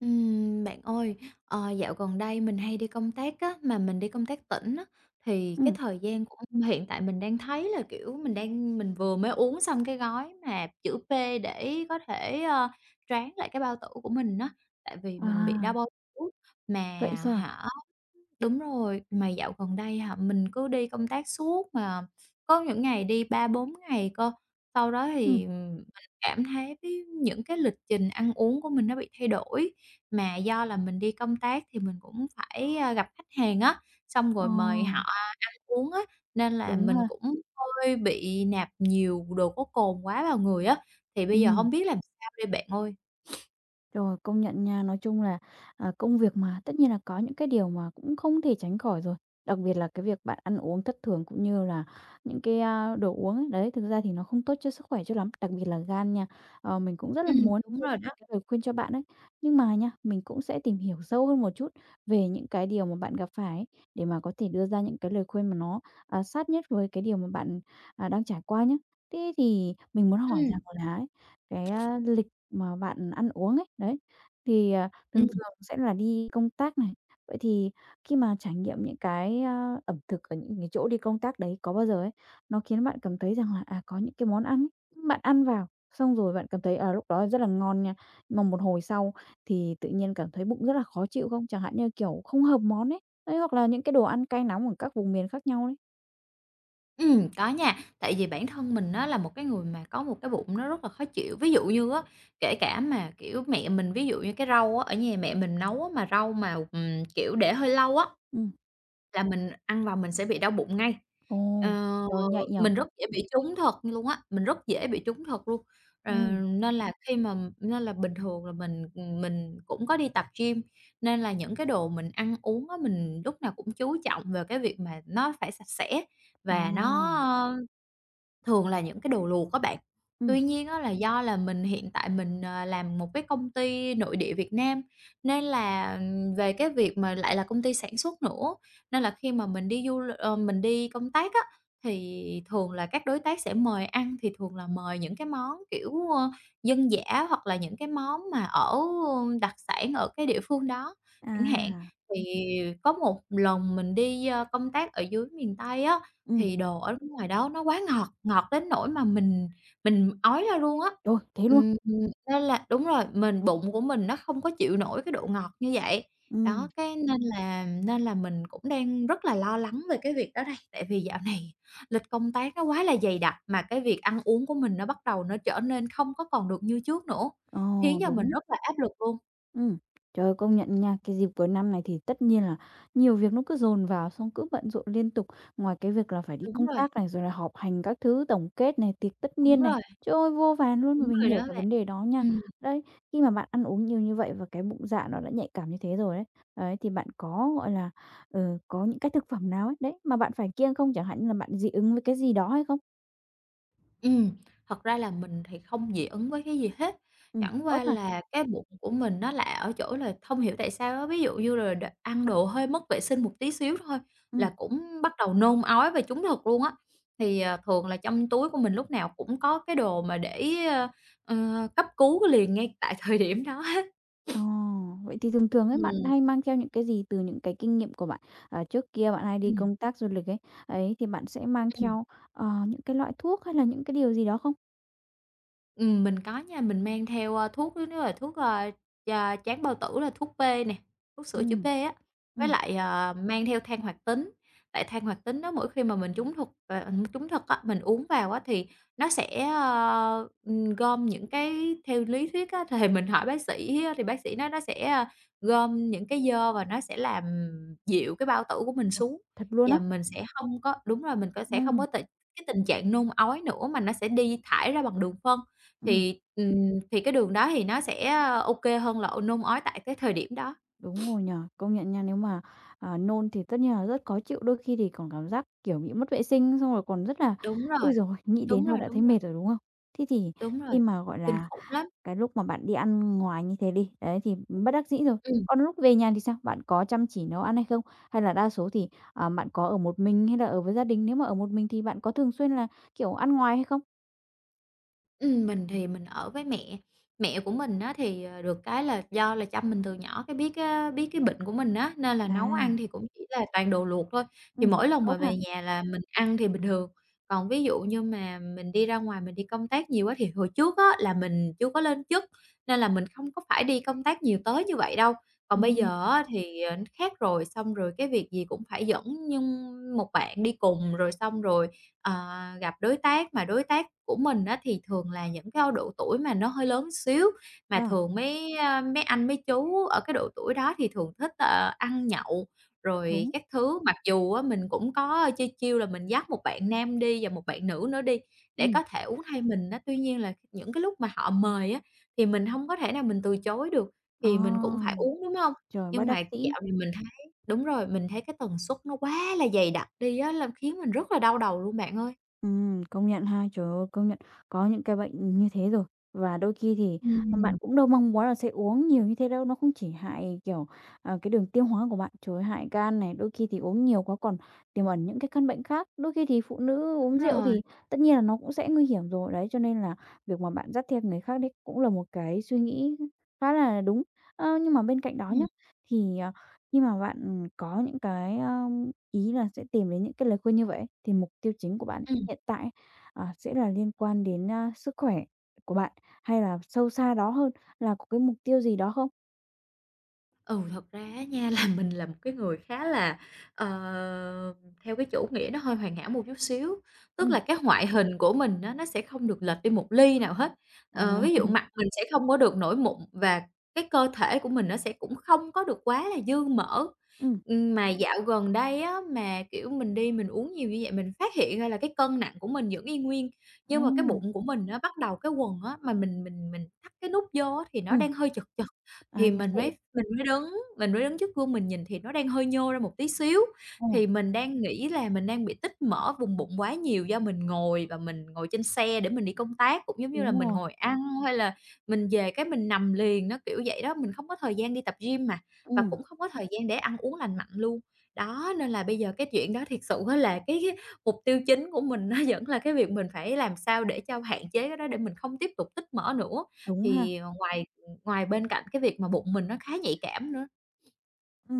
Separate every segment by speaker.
Speaker 1: Bạn ơi, dạo gần đây mình hay đi công tác á, mà mình đi công tác tỉnh á, thì cái
Speaker 2: Ừm,
Speaker 1: thời gian của hiện tại mình đang thấy là, kiểu, mình vừa mới uống xong cái gói mà chữ P để có thể, tráng lại cái bao tử của mình á, tại vì mình bị đau
Speaker 2: à,
Speaker 1: bao tử mà
Speaker 2: vậy sao?
Speaker 1: hả. Đúng rồi, mà dạo gần đây hả, mình cứ đi công tác suốt mà có những ngày đi ba bốn ngày cơ. Sau đó
Speaker 2: Ừm,
Speaker 1: thì mình cảm thấy cái những cái lịch trình ăn uống của mình nó bị thay đổi, mà do là mình đi công tác thì mình cũng phải, gặp khách hàng á, xong
Speaker 2: ờ,
Speaker 1: rồi mời họ ăn uống á, nên là
Speaker 2: đúng
Speaker 1: mình
Speaker 2: ha,
Speaker 1: cũng hơi bị nạp nhiều đồ có cồn quá vào người á. Thì bây giờ không
Speaker 2: ừm.
Speaker 1: biết làm sao đây bạn ơi.
Speaker 2: Rồi, công nhận nha. Nói chung là, công việc mà, tất nhiên là có những cái điều mà cũng không thể tránh khỏi rồi, đặc biệt là cái việc bạn ăn uống thất thường cũng như là những cái, đồ uống ấy. Đấy, thực ra thì nó không tốt cho sức khỏe cho lắm, đặc biệt là gan nha. Mình cũng rất là
Speaker 1: Ừm,
Speaker 2: muốn
Speaker 1: đúng
Speaker 2: đưa
Speaker 1: rồi
Speaker 2: ra
Speaker 1: đó.
Speaker 2: những cái lời khuyên cho bạn ấy, nhưng mà nha, mình cũng sẽ tìm hiểu sâu hơn một chút về những cái điều mà bạn gặp phải ấy, để mà có thể đưa ra những cái lời khuyên mà nó, sát nhất với cái điều mà bạn, đang trải qua nhé. Thế thì mình muốn hỏi
Speaker 1: Ừ.
Speaker 2: rằng là ấy, cái, lịch mà bạn ăn uống ấy, đấy, thì, thường
Speaker 1: Ừm.
Speaker 2: thường sẽ là đi công tác này. Vậy thì khi mà trải nghiệm những cái, ẩm thực ở những cái chỗ đi công tác đấy có bao giờ ấy, nó khiến bạn cảm thấy rằng là, có những cái món ăn ấy, bạn ăn vào, xong rồi bạn cảm thấy, lúc đó rất là ngon nha, mà một hồi sau thì tự nhiên cảm thấy bụng rất là khó chịu không? Chẳng hạn như, kiểu, không hợp món ấy, đấy, hoặc là những cái đồ ăn cay nóng ở các vùng miền khác nhau đấy.
Speaker 1: Có nha. Tại vì bản thân mình á là một cái người mà có một cái bụng nó rất là khó chịu. Ví dụ như á, kể cả mà, kiểu, mẹ mình ví dụ như cái rau á, ở nhà mẹ mình nấu á mà rau mà, kiểu, để hơi lâu á
Speaker 2: Ừm,
Speaker 1: là mình ăn vào mình sẽ bị đau bụng ngay.
Speaker 2: ồ,
Speaker 1: Ờ,
Speaker 2: trời, nhạy nhỉ?
Speaker 1: mình rất dễ bị trúng thật luôn á, mình rất dễ bị trúng thật luôn. Ờ,
Speaker 2: Ừm,
Speaker 1: nên là khi mà nên là bình thường là mình cũng có đi tập gym, nên là những cái đồ mình ăn uống á, mình lúc nào cũng chú trọng về cái việc mà nó phải sạch sẽ và
Speaker 2: à,
Speaker 1: nó. Thường là những cái đồ luộc á bạn. Tuy
Speaker 2: ừm,
Speaker 1: nhiên á là do là mình hiện tại mình, làm một cái công ty nội địa Việt Nam, nên là, về cái việc mà lại là công ty sản xuất nữa, nên là khi mà mình đi du l ờ, mình đi công tác á, thì thường là các đối tác sẽ mời ăn thì thường là mời những cái món, kiểu, dân dã hoặc là những cái món mà ở đặc sản ở cái địa phương đó chẳng hạn.
Speaker 2: à,
Speaker 1: Thì có một lần mình đi, công tác ở dưới miền Tây á,
Speaker 2: ừm,
Speaker 1: thì đồ ở nước ngoài đó nó quá ngọt, ngọt đến nỗi mà mình ói ra luôn á.
Speaker 2: rồi, thế luôn?
Speaker 1: Ừm, nên là đúng rồi, mình bụng của mình nó không có chịu nổi cái độ ngọt như vậy. Đó,
Speaker 2: Ừm,
Speaker 1: cái nên là mình cũng đang rất là lo lắng về cái việc đó đây, tại vì dạo này lịch công tác nó quá là dày đặc, mà cái việc ăn uống của mình nó bắt đầu nó trở nên không có còn được như trước nữa,
Speaker 2: ờ,
Speaker 1: khiến cho mình
Speaker 2: đúng,
Speaker 1: rất là áp lực luôn.
Speaker 2: ừm. Trời ơi, công nhận nha, cái dịp cuối năm này thì tất nhiên là nhiều việc nó cứ dồn vào, xong cứ bận rộn liên tục. Ngoài cái việc là phải đi
Speaker 1: Đúng
Speaker 2: công
Speaker 1: rồi,
Speaker 2: tác này, rồi là họp hành các thứ, tổng kết này, tiệc tất
Speaker 1: đúng
Speaker 2: niên này,
Speaker 1: rồi,
Speaker 2: trời ơi, vô vàn luôn và
Speaker 1: đúng
Speaker 2: mình
Speaker 1: rồi
Speaker 2: hiểu
Speaker 1: đó
Speaker 2: cái
Speaker 1: bạn.
Speaker 2: vấn đề đó nha.
Speaker 1: Ừm.
Speaker 2: Đấy, khi mà bạn ăn uống nhiều như vậy và cái bụng dạ nó đã nhạy cảm như thế rồi đấy, đấy, thì bạn có, gọi là, có những cái thực phẩm nào ấy, đấy, mà bạn phải kiêng không? Chẳng hạn như là bạn dị ứng với cái gì đó hay không?
Speaker 1: Ừm, thật ra là mình thì không dị ứng với cái gì hết, chẳng
Speaker 2: Tốt
Speaker 1: qua
Speaker 2: ha,
Speaker 1: là cái bụng của mình nó lạ ở chỗ là không hiểu tại sao á, ví dụ như là ăn đồ hơi mất vệ sinh một tí xíu thôi
Speaker 2: ừ.
Speaker 1: là cũng bắt đầu nôn ói và trúng thực luôn á. Thì, ờ, thường là trong túi của mình lúc nào cũng có cái đồ mà để, cấp cứu liền ngay tại thời điểm đó á.
Speaker 2: Ồ, vậy thì thường thường ấy, bạn
Speaker 1: Ừm,
Speaker 2: hay mang theo những cái gì từ những cái kinh nghiệm của bạn? Trước kia bạn hay đi
Speaker 1: ừm,
Speaker 2: công tác du lịch ấy, ấy, thì bạn sẽ mang
Speaker 1: ừm.
Speaker 2: theo, những cái loại thuốc hay là những cái điều gì đó không?
Speaker 1: Mình có nha, mình mang theo, thuốc nếu là thuốc, cho tráng bao tử là thuốc B nè, thuốc sữa chữa B
Speaker 2: Ừm,
Speaker 1: á, với
Speaker 2: ừm,
Speaker 1: lại, mang theo than hoạt tính. Tại than hoạt tính đó mỗi khi mà mình trúng thuật ờ, trúng thực á, mình uống vào á thì nó sẽ, gom những cái theo lý thuyết á, thì mình hỏi bác sĩ á thì bác sĩ nói nó sẽ, gom những cái xơ và nó sẽ làm dịu cái bao tử của mình
Speaker 2: ồ,
Speaker 1: xuống,
Speaker 2: thật luôn
Speaker 1: và
Speaker 2: á?
Speaker 1: mình sẽ không có đúng rồi, mình có
Speaker 2: Ồ,
Speaker 1: sẽ không có tình cái tình trạng nôn ói nữa mà nó sẽ đi thải ra bằng đường phân.
Speaker 2: ừm,
Speaker 1: Thì cái đường đó thì nó sẽ OK hơn là ô nôn ói tại cái thời điểm đó.
Speaker 2: đúng rồi nhỉ, công nhận nha, nếu mà, nôn thì tất nhiên là rất khó chịu, đôi khi thì còn cảm giác, kiểu, bị mất vệ sinh, xong rồi còn rất là
Speaker 1: Đúng
Speaker 2: ôi
Speaker 1: rồi,
Speaker 2: rồi nghĩ
Speaker 1: đúng
Speaker 2: đến thôi
Speaker 1: rồi,
Speaker 2: đã
Speaker 1: đúng
Speaker 2: thấy
Speaker 1: rồi,
Speaker 2: mệt rồi, đúng không? Thế thì
Speaker 1: đúng rồi,
Speaker 2: khi mà, gọi
Speaker 1: kinh
Speaker 2: là
Speaker 1: khủng lắm.
Speaker 2: cái lúc mà bạn đi ăn ngoài như thế đi, đấy, thì bất đắc dĩ rồi.
Speaker 1: Ừm,
Speaker 2: Còn lúc về nhà thì sao? Bạn có chăm chỉ nấu ăn hay không? Hay là đa số thì, bạn có ở một mình hay là ở với gia đình? Nếu mà ở một mình thì bạn có thường xuyên là, kiểu, ăn ngoài hay không?
Speaker 1: mình thì mình ở với mẹ, mẹ của mình á thì, được cái là do là chăm mình từ nhỏ, cái biết cái bệnh của mình á, nên là nấu
Speaker 2: À,
Speaker 1: ăn thì cũng chỉ là toàn đồ luộc thôi,
Speaker 2: ừ
Speaker 1: thì mỗi lần
Speaker 2: tốt
Speaker 1: mà
Speaker 2: ha.
Speaker 1: về nhà là mình ăn thì bình thường. Còn ví dụ như mà mình đi ra ngoài mình đi công tác nhiều á, thì hồi trước á là mình chưa có lên chức nên là mình không có phải đi công tác nhiều tới như vậy đâu. Còn bây
Speaker 2: ừ
Speaker 1: giờ á thì, khác rồi, xong rồi cái việc gì cũng phải dẫn nhưng một bạn đi cùng, rồi xong rồi, ờ, gặp đối tác, mà đối tác của mình á thì thường là những cái độ tuổi mà nó hơi lớn xíu,
Speaker 2: ờ,
Speaker 1: mà thường mấy, mấy anh mấy chú ở cái độ tuổi đó thì thường thích, ăn nhậu rồi
Speaker 2: đúng,
Speaker 1: các thứ. Mặc dù á mình cũng có chi chiêu là mình dắt một bạn nam đi và một bạn nữ nữa đi để
Speaker 2: ừ
Speaker 1: có thể uống thay mình á, tuy nhiên là những cái lúc mà họ mời á thì mình hông có thể nào mình từ chối được. Thì mình cũng phải
Speaker 2: à,
Speaker 1: uống, đúng hông?
Speaker 2: trời, bất
Speaker 1: Nhưng mà
Speaker 2: đắc dĩ.
Speaker 1: dạo này mình thấy đúng rồi, mình thấy cái tần suất nó quá là dày đặc đi á, là khiến mình rất là đau đầu luôn bạn ơi.
Speaker 2: Công nhận ha. Trời ơi, công nhận có những cái bệnh như thế rồi. Và đôi khi thì
Speaker 1: Ừm.
Speaker 2: bạn cũng đâu mong muốn là sẽ uống nhiều như thế đâu, nó không chỉ hại, kiểu, cái đường tiêu hóa của bạn, trời ơi, hại gan này, đôi khi thì uống nhiều quá còn tiềm ẩn những cái căn bệnh khác. Đôi khi thì phụ nữ
Speaker 1: Đúng
Speaker 2: uống rượu
Speaker 1: rồi.
Speaker 2: thì tất nhiên là nó cũng sẽ nguy hiểm rồi. Đấy, cho nên là việc mà bạn dắt theo người khác đấy cũng là một cái suy nghĩ khá là đúng. Ơ, nhưng mà bên cạnh đó
Speaker 1: Ừm,
Speaker 2: nhá, thì, khi mà bạn có những cái, ý là sẽ tìm đến những cái lời khuyên như vậy ấy, thì mục tiêu chính của bạn
Speaker 1: ừm.
Speaker 2: hiện tại, sẽ là liên quan đến, sức khỏe của bạn, hay là sâu xa đó hơn là có cái mục tiêu gì đó không?
Speaker 1: Ừ, thật ra á nha là mình là một cái người khá là, ờ, theo cái chủ nghĩa nó hơi hoàn hảo một chút xíu, tức
Speaker 2: Ừ,
Speaker 1: là cái ngoại hình của mình á, nó sẽ không được lệch đi một ly nào hết.
Speaker 2: à,
Speaker 1: Ờ, ví dụ mặt mình sẽ không có được nổi mụn và cái cơ thể của mình nó sẽ cũng không có được quá là dư mỡ.
Speaker 2: ừ,
Speaker 1: Mà dạo gần đây á, mà, kiểu, mình đi mình uống nhiều như vậy mình phát hiện ra là cái cân nặng của mình vẫn y nguyên,
Speaker 2: à,
Speaker 1: nhưng mà cái bụng của mình nó bắt đầu cái quần á, mà mình thắt cái nút vô á, thì nó
Speaker 2: ừm,
Speaker 1: đang hơi chật chật. Thì
Speaker 2: nó
Speaker 1: mình mới
Speaker 2: sẽ
Speaker 1: mình mới đứng, mình mới đứng trước gương mình nhìn thì nó đang hơi nhô ra một tí xíu,
Speaker 2: ờ,
Speaker 1: thì mình đang nghĩ là mình đang bị tích mỡ vùng bụng quá nhiều do mình ngồi và mình ngồi trên xe để mình đi công tác, cũng giống như là
Speaker 2: đúng
Speaker 1: mình
Speaker 2: rồi,
Speaker 1: ngồi ăn hay là mình về cái mình nằm liền, nó kiểu vậy đó. Mình không có thời gian đi tập gym mà, và
Speaker 2: ừm,
Speaker 1: cũng không có thời gian để ăn uống lành mạnh luôn. Đó, nên là bây giờ cái chuyện đó thiệt sự á là cái mục tiêu chính của mình nó vẫn là cái việc mình phải làm sao để cho hạn chế cái đó để mình không tiếp tục tích mỡ nữa.
Speaker 2: đúng ha,
Speaker 1: Thì, ờ, ngoài Ngoài bên cạnh cái việc mà bụng mình nó khá nhạy cảm nữa.
Speaker 2: ừ.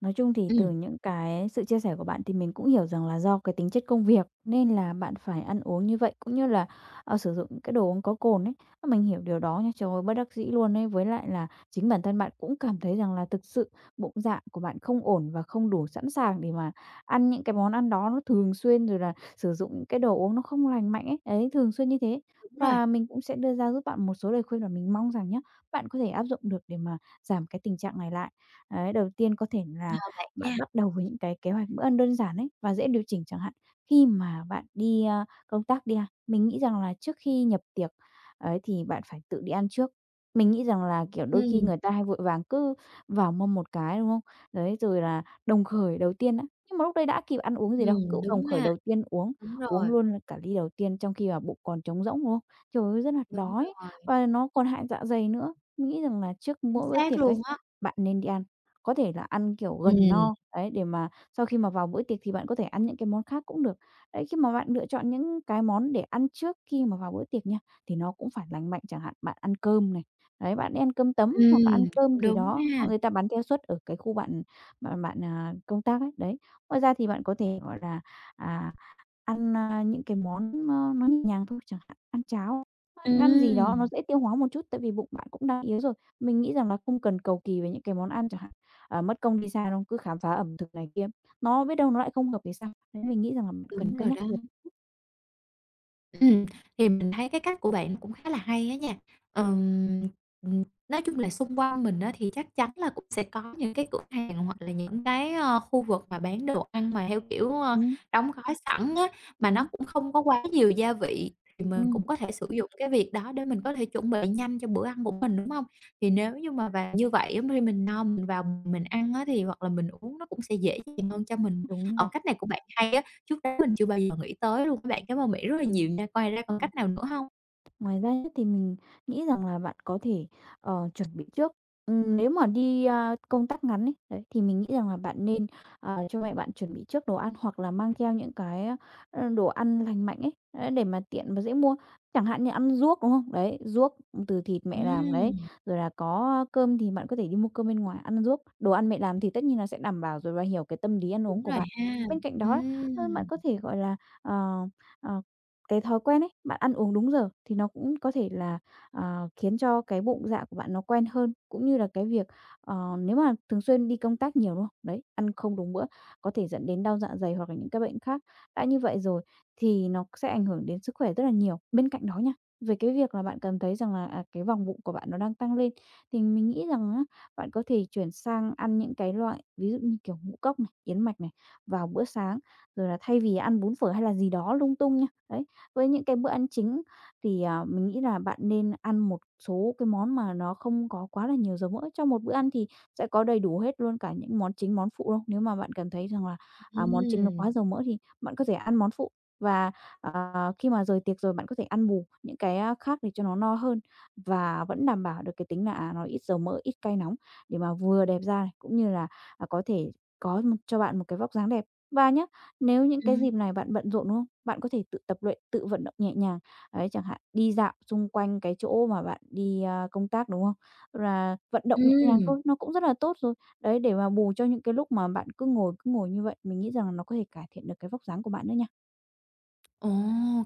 Speaker 2: Nói chung thì từ
Speaker 1: Ừm,
Speaker 2: những cái sự chia sẻ của bạn thì mình cũng hiểu rằng là do cái tính chất công việc nên là bạn phải ăn uống như vậy, cũng như là, sử dụng những cái đồ uống có cồn ấy. Ơ, mình hiểu điều đó nha, trời ơi, bất đắc dĩ luôn ấy. Với lại là chính bản thân bạn cũng cảm thấy rằng là thực sự bụng dạ của bạn không ổn và không đủ sẵn sàng để mà ăn những cái món ăn đó nó thường xuyên, rồi là sử dụng những cái đồ uống nó không lành mạnh ấy, đấy, thường xuyên như thế.
Speaker 1: đúng rồi,
Speaker 2: Và mình cũng sẽ đưa ra giúp bạn một số lời khuyên mà mình mong rằng nhá, bạn có thể áp dụng được để mà giảm cái tình trạng này lại. Đấy, đầu tiên có thể là bạn
Speaker 1: nha.
Speaker 2: bắt đầu với những cái kế hoạch bữa ăn đơn giản ấy và dễ điều chỉnh chẳng hạn. Khi mà bạn đi, công tác đi ha, mình nghĩ rằng là trước khi nhập tiệc ấy thì bạn phải tự đi ăn trước. Mình nghĩ rằng là, kiểu, đôi khi
Speaker 1: Ừm,
Speaker 2: người ta hay vội vàng cứ vào mâm một cái, đúng không? Đấy, rồi là đồng khởi đầu tiên á, nhưng mà lúc đây đã kịp ăn uống gì đâu, cứ đồng
Speaker 1: đúng
Speaker 2: khởi
Speaker 1: ha,
Speaker 2: đầu tiên uống,
Speaker 1: đúng
Speaker 2: uống
Speaker 1: rồi,
Speaker 2: luôn là cả ly đầu tiên trong khi mà bụng còn trống rỗng, đúng không? Trời ơi, rất là
Speaker 1: đúng
Speaker 2: đói
Speaker 1: rồi,
Speaker 2: và nó còn hại dạ dày nữa. Mình nghĩ rằng là trước
Speaker 1: chính
Speaker 2: mỗi bữa
Speaker 1: xác
Speaker 2: tiệc ấy,
Speaker 1: luôn á.
Speaker 2: bạn nên đi ăn. Có thể là ăn, kiểu, gần
Speaker 1: Ừm,
Speaker 2: no, đấy, để mà sau khi mà vào bữa tiệc thì bạn có thể ăn những cái món khác cũng được. Đấy, khi mà bạn lựa chọn những cái món để ăn trước khi mà vào bữa tiệc nha, thì nó cũng phải lành mạnh, chẳng hạn bạn ăn cơm này, đấy, bạn đi ăn cơm tấm hoặc là ăn cơm
Speaker 1: cũng
Speaker 2: gì
Speaker 1: đúng
Speaker 2: đó,
Speaker 1: ha.
Speaker 2: hoặc người ta bán theo suất ở cái khu bạn bạn bạn, công tác ấy, đấy. Ngoài ra thì bạn có thể, gọi là, à, ăn, những cái món nó nhẹ nhàng thôi, chẳng hạn ăn cháo, bạn ăn gì đó nó
Speaker 1: Ừm,
Speaker 2: dễ tiêu hóa một chút, tại vì bụng bạn cũng đang yếu rồi. Mình nghĩ rằng là không cần cầu kỳ về những cái món ăn chẳng hạn mất công đi xa, đúng cứ khám phá ẩm thực này kia, nó biết đâu nó lại không hợp thì sao? Đấy, mình nghĩ rằng là mình cần
Speaker 1: đúng
Speaker 2: cân
Speaker 1: rồi
Speaker 2: nhắc
Speaker 1: đó.
Speaker 2: được.
Speaker 1: Ừm, thì mình thấy cái cách của bạn cũng khá là hay á nha. Ừm. Nói chung là xung quanh mình á thì chắc chắn là cũng sẽ có những cái cửa hàng hoặc là những cái, khu vực mà bán đồ ăn mà theo kiểu,
Speaker 2: Ừm,
Speaker 1: đóng gói sẵn á, mà nó
Speaker 2: đúng,
Speaker 1: cũng không có quá nhiều gia vị, thì mình
Speaker 2: ừm,
Speaker 1: cũng có thể sử dụng cái việc đó để mình có thể chuẩn bị nhanh cho bữa ăn của mình, đúng không? Thì nếu như mà và như vậy á khi mình no mình vào mình ăn á thì hoặc là mình uống nó cũng sẽ dễ dàng hơn cho mình.
Speaker 2: đúng
Speaker 1: Ở
Speaker 2: rồi.
Speaker 1: cách này của bạn hay á, trước đó mình chưa bao giờ nghĩ tới luôn á bạn, cảm ơn mỹ rất là nhiều nha. Ngoài ra còn cách nào nữa không?
Speaker 2: Ngoài ra ấy thì mình nghĩ rằng là bạn có thể, chuẩn bị trước. Nếu mà đi, công tác ngắn ấy, đấy, thì mình nghĩ rằng là bạn nên, cho mẹ bạn chuẩn bị trước đồ ăn hoặc là mang theo những cái, đồ ăn lành mạnh ấy, đấy, để mà tiện và dễ mua. Chẳng hạn như ăn ruốc, đúng không? Đấy, ruốc từ thịt mẹ làm đấy,
Speaker 1: Ừm,
Speaker 2: rồi là có cơm thì bạn có thể đi mua cơm bên ngoài, ăn ruốc. Đồ ăn mẹ làm thì tất nhiên là sẽ đảm bảo rồi và hiểu cái tâm lý ăn uống
Speaker 1: đúng
Speaker 2: của
Speaker 1: rồi
Speaker 2: bạn.
Speaker 1: ha.
Speaker 2: Bên cạnh đó, bạn
Speaker 1: Ừm.
Speaker 2: có thể, gọi là, ờ, ờ cái thói quen ấy, bạn ăn uống đúng giờ thì nó cũng có thể là, khiến cho cái bụng dạ của bạn nó quen hơn, cũng như là cái việc, nếu mà thường xuyên đi công tác nhiều, đúng không? Đấy, ăn không đúng bữa có thể dẫn đến đau dạ dày hoặc là những cái bệnh khác. Đã như vậy rồi thì nó sẽ ảnh hưởng đến sức khỏe rất là nhiều. Bên cạnh đó nha, về cái việc là bạn cảm thấy rằng là, cái vòng bụng của bạn nó đang tăng lên, thì mình nghĩ rằng á, bạn có thể chuyển sang ăn những cái loại ví dụ như kiểu ngũ cốc này, yến mạch này vào bữa sáng, rồi là thay vì ăn bún phở hay là gì đó lung tung nha. Đấy, với những cái bữa ăn chính thì, mình nghĩ là bạn nên ăn một số cái món mà nó không có quá là nhiều dầu mỡ. Trong một bữa ăn thì sẽ có đầy đủ hết luôn cả những món chính, món phụ đâu. Nếu mà bạn cảm thấy rằng là, món chính nó quá
Speaker 1: Ừm.
Speaker 2: dầu mỡ thì bạn có thể ăn món phụ và, ờ, khi mà rời tiệc rồi bạn có thể ăn bù những cái, khác để cho nó no hơn và vẫn đảm bảo được cái tính là, nó ít dầu mỡ, ít cay nóng để mà vừa đẹp da này, cũng như là, có thể có một cho bạn một cái vóc dáng đẹp. Và nhá, nếu những cái dịp
Speaker 1: Ừm.
Speaker 2: này bạn bận rộn, đúng không? Bạn có thể tự tập luyện, tự vận động nhẹ nhàng, đấy, chẳng hạn đi dạo xung quanh cái chỗ mà bạn đi, công tác, đúng không? Là vận động nhẹ nhàng
Speaker 1: Ừm.
Speaker 2: thôi, nó cũng rất là tốt rồi. Đấy, để mà bù cho những cái lúc mà bạn cứ ngồi như vậy, mình nghĩ rằng là nó có thể cải thiện được cái vóc dáng của bạn nữa nha.
Speaker 1: Ồ,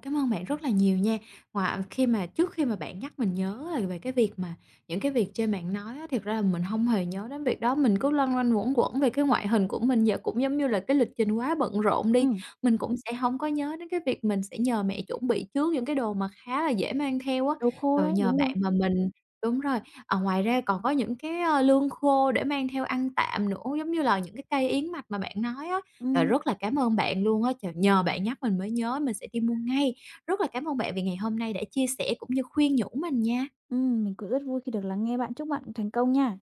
Speaker 1: cảm ơn bạn rất là nhiều nha. Ngoài khi mà trước khi mà bạn nhắc mình nhớ là về cái việc mà những cái việc trên bạn nói á, thiệt ra là mình hông hề nhớ đến việc đó, mình cứ loanh quanh luẩn quẩn về cái ngoại hình của mình, giờ cũng giống như là cái lịch trình quá bận rộn đi,
Speaker 2: Ừ,
Speaker 1: mình cũng sẽ hông có nhớ đến cái việc mình sẽ nhờ mẹ chuẩn bị trước những cái đồ mà khá là dễ mang theo á.
Speaker 2: đầu khô
Speaker 1: Rồi
Speaker 2: đấy,
Speaker 1: nhờ
Speaker 2: đúng
Speaker 1: bạn
Speaker 2: rồi.
Speaker 1: mà mình đúng rồi, ngoài ra còn có những cái, lương khô để mang theo ăn tạm nữa, giống như là những cái cây yến mạch mà bạn nói á. Trời,
Speaker 2: Ừ,
Speaker 1: rất là cảm ơn bạn luôn á, trời, nhờ bạn nhắc mình mới nhớ, mình sẽ đi mua ngay. Rất là cảm ơn bạn vì ngày hôm nay đã chia sẻ cũng như khuyên nhủ mình nha.
Speaker 2: mình cũng rất vui khi được lắng nghe bạn. Chúc bạn thành công nha.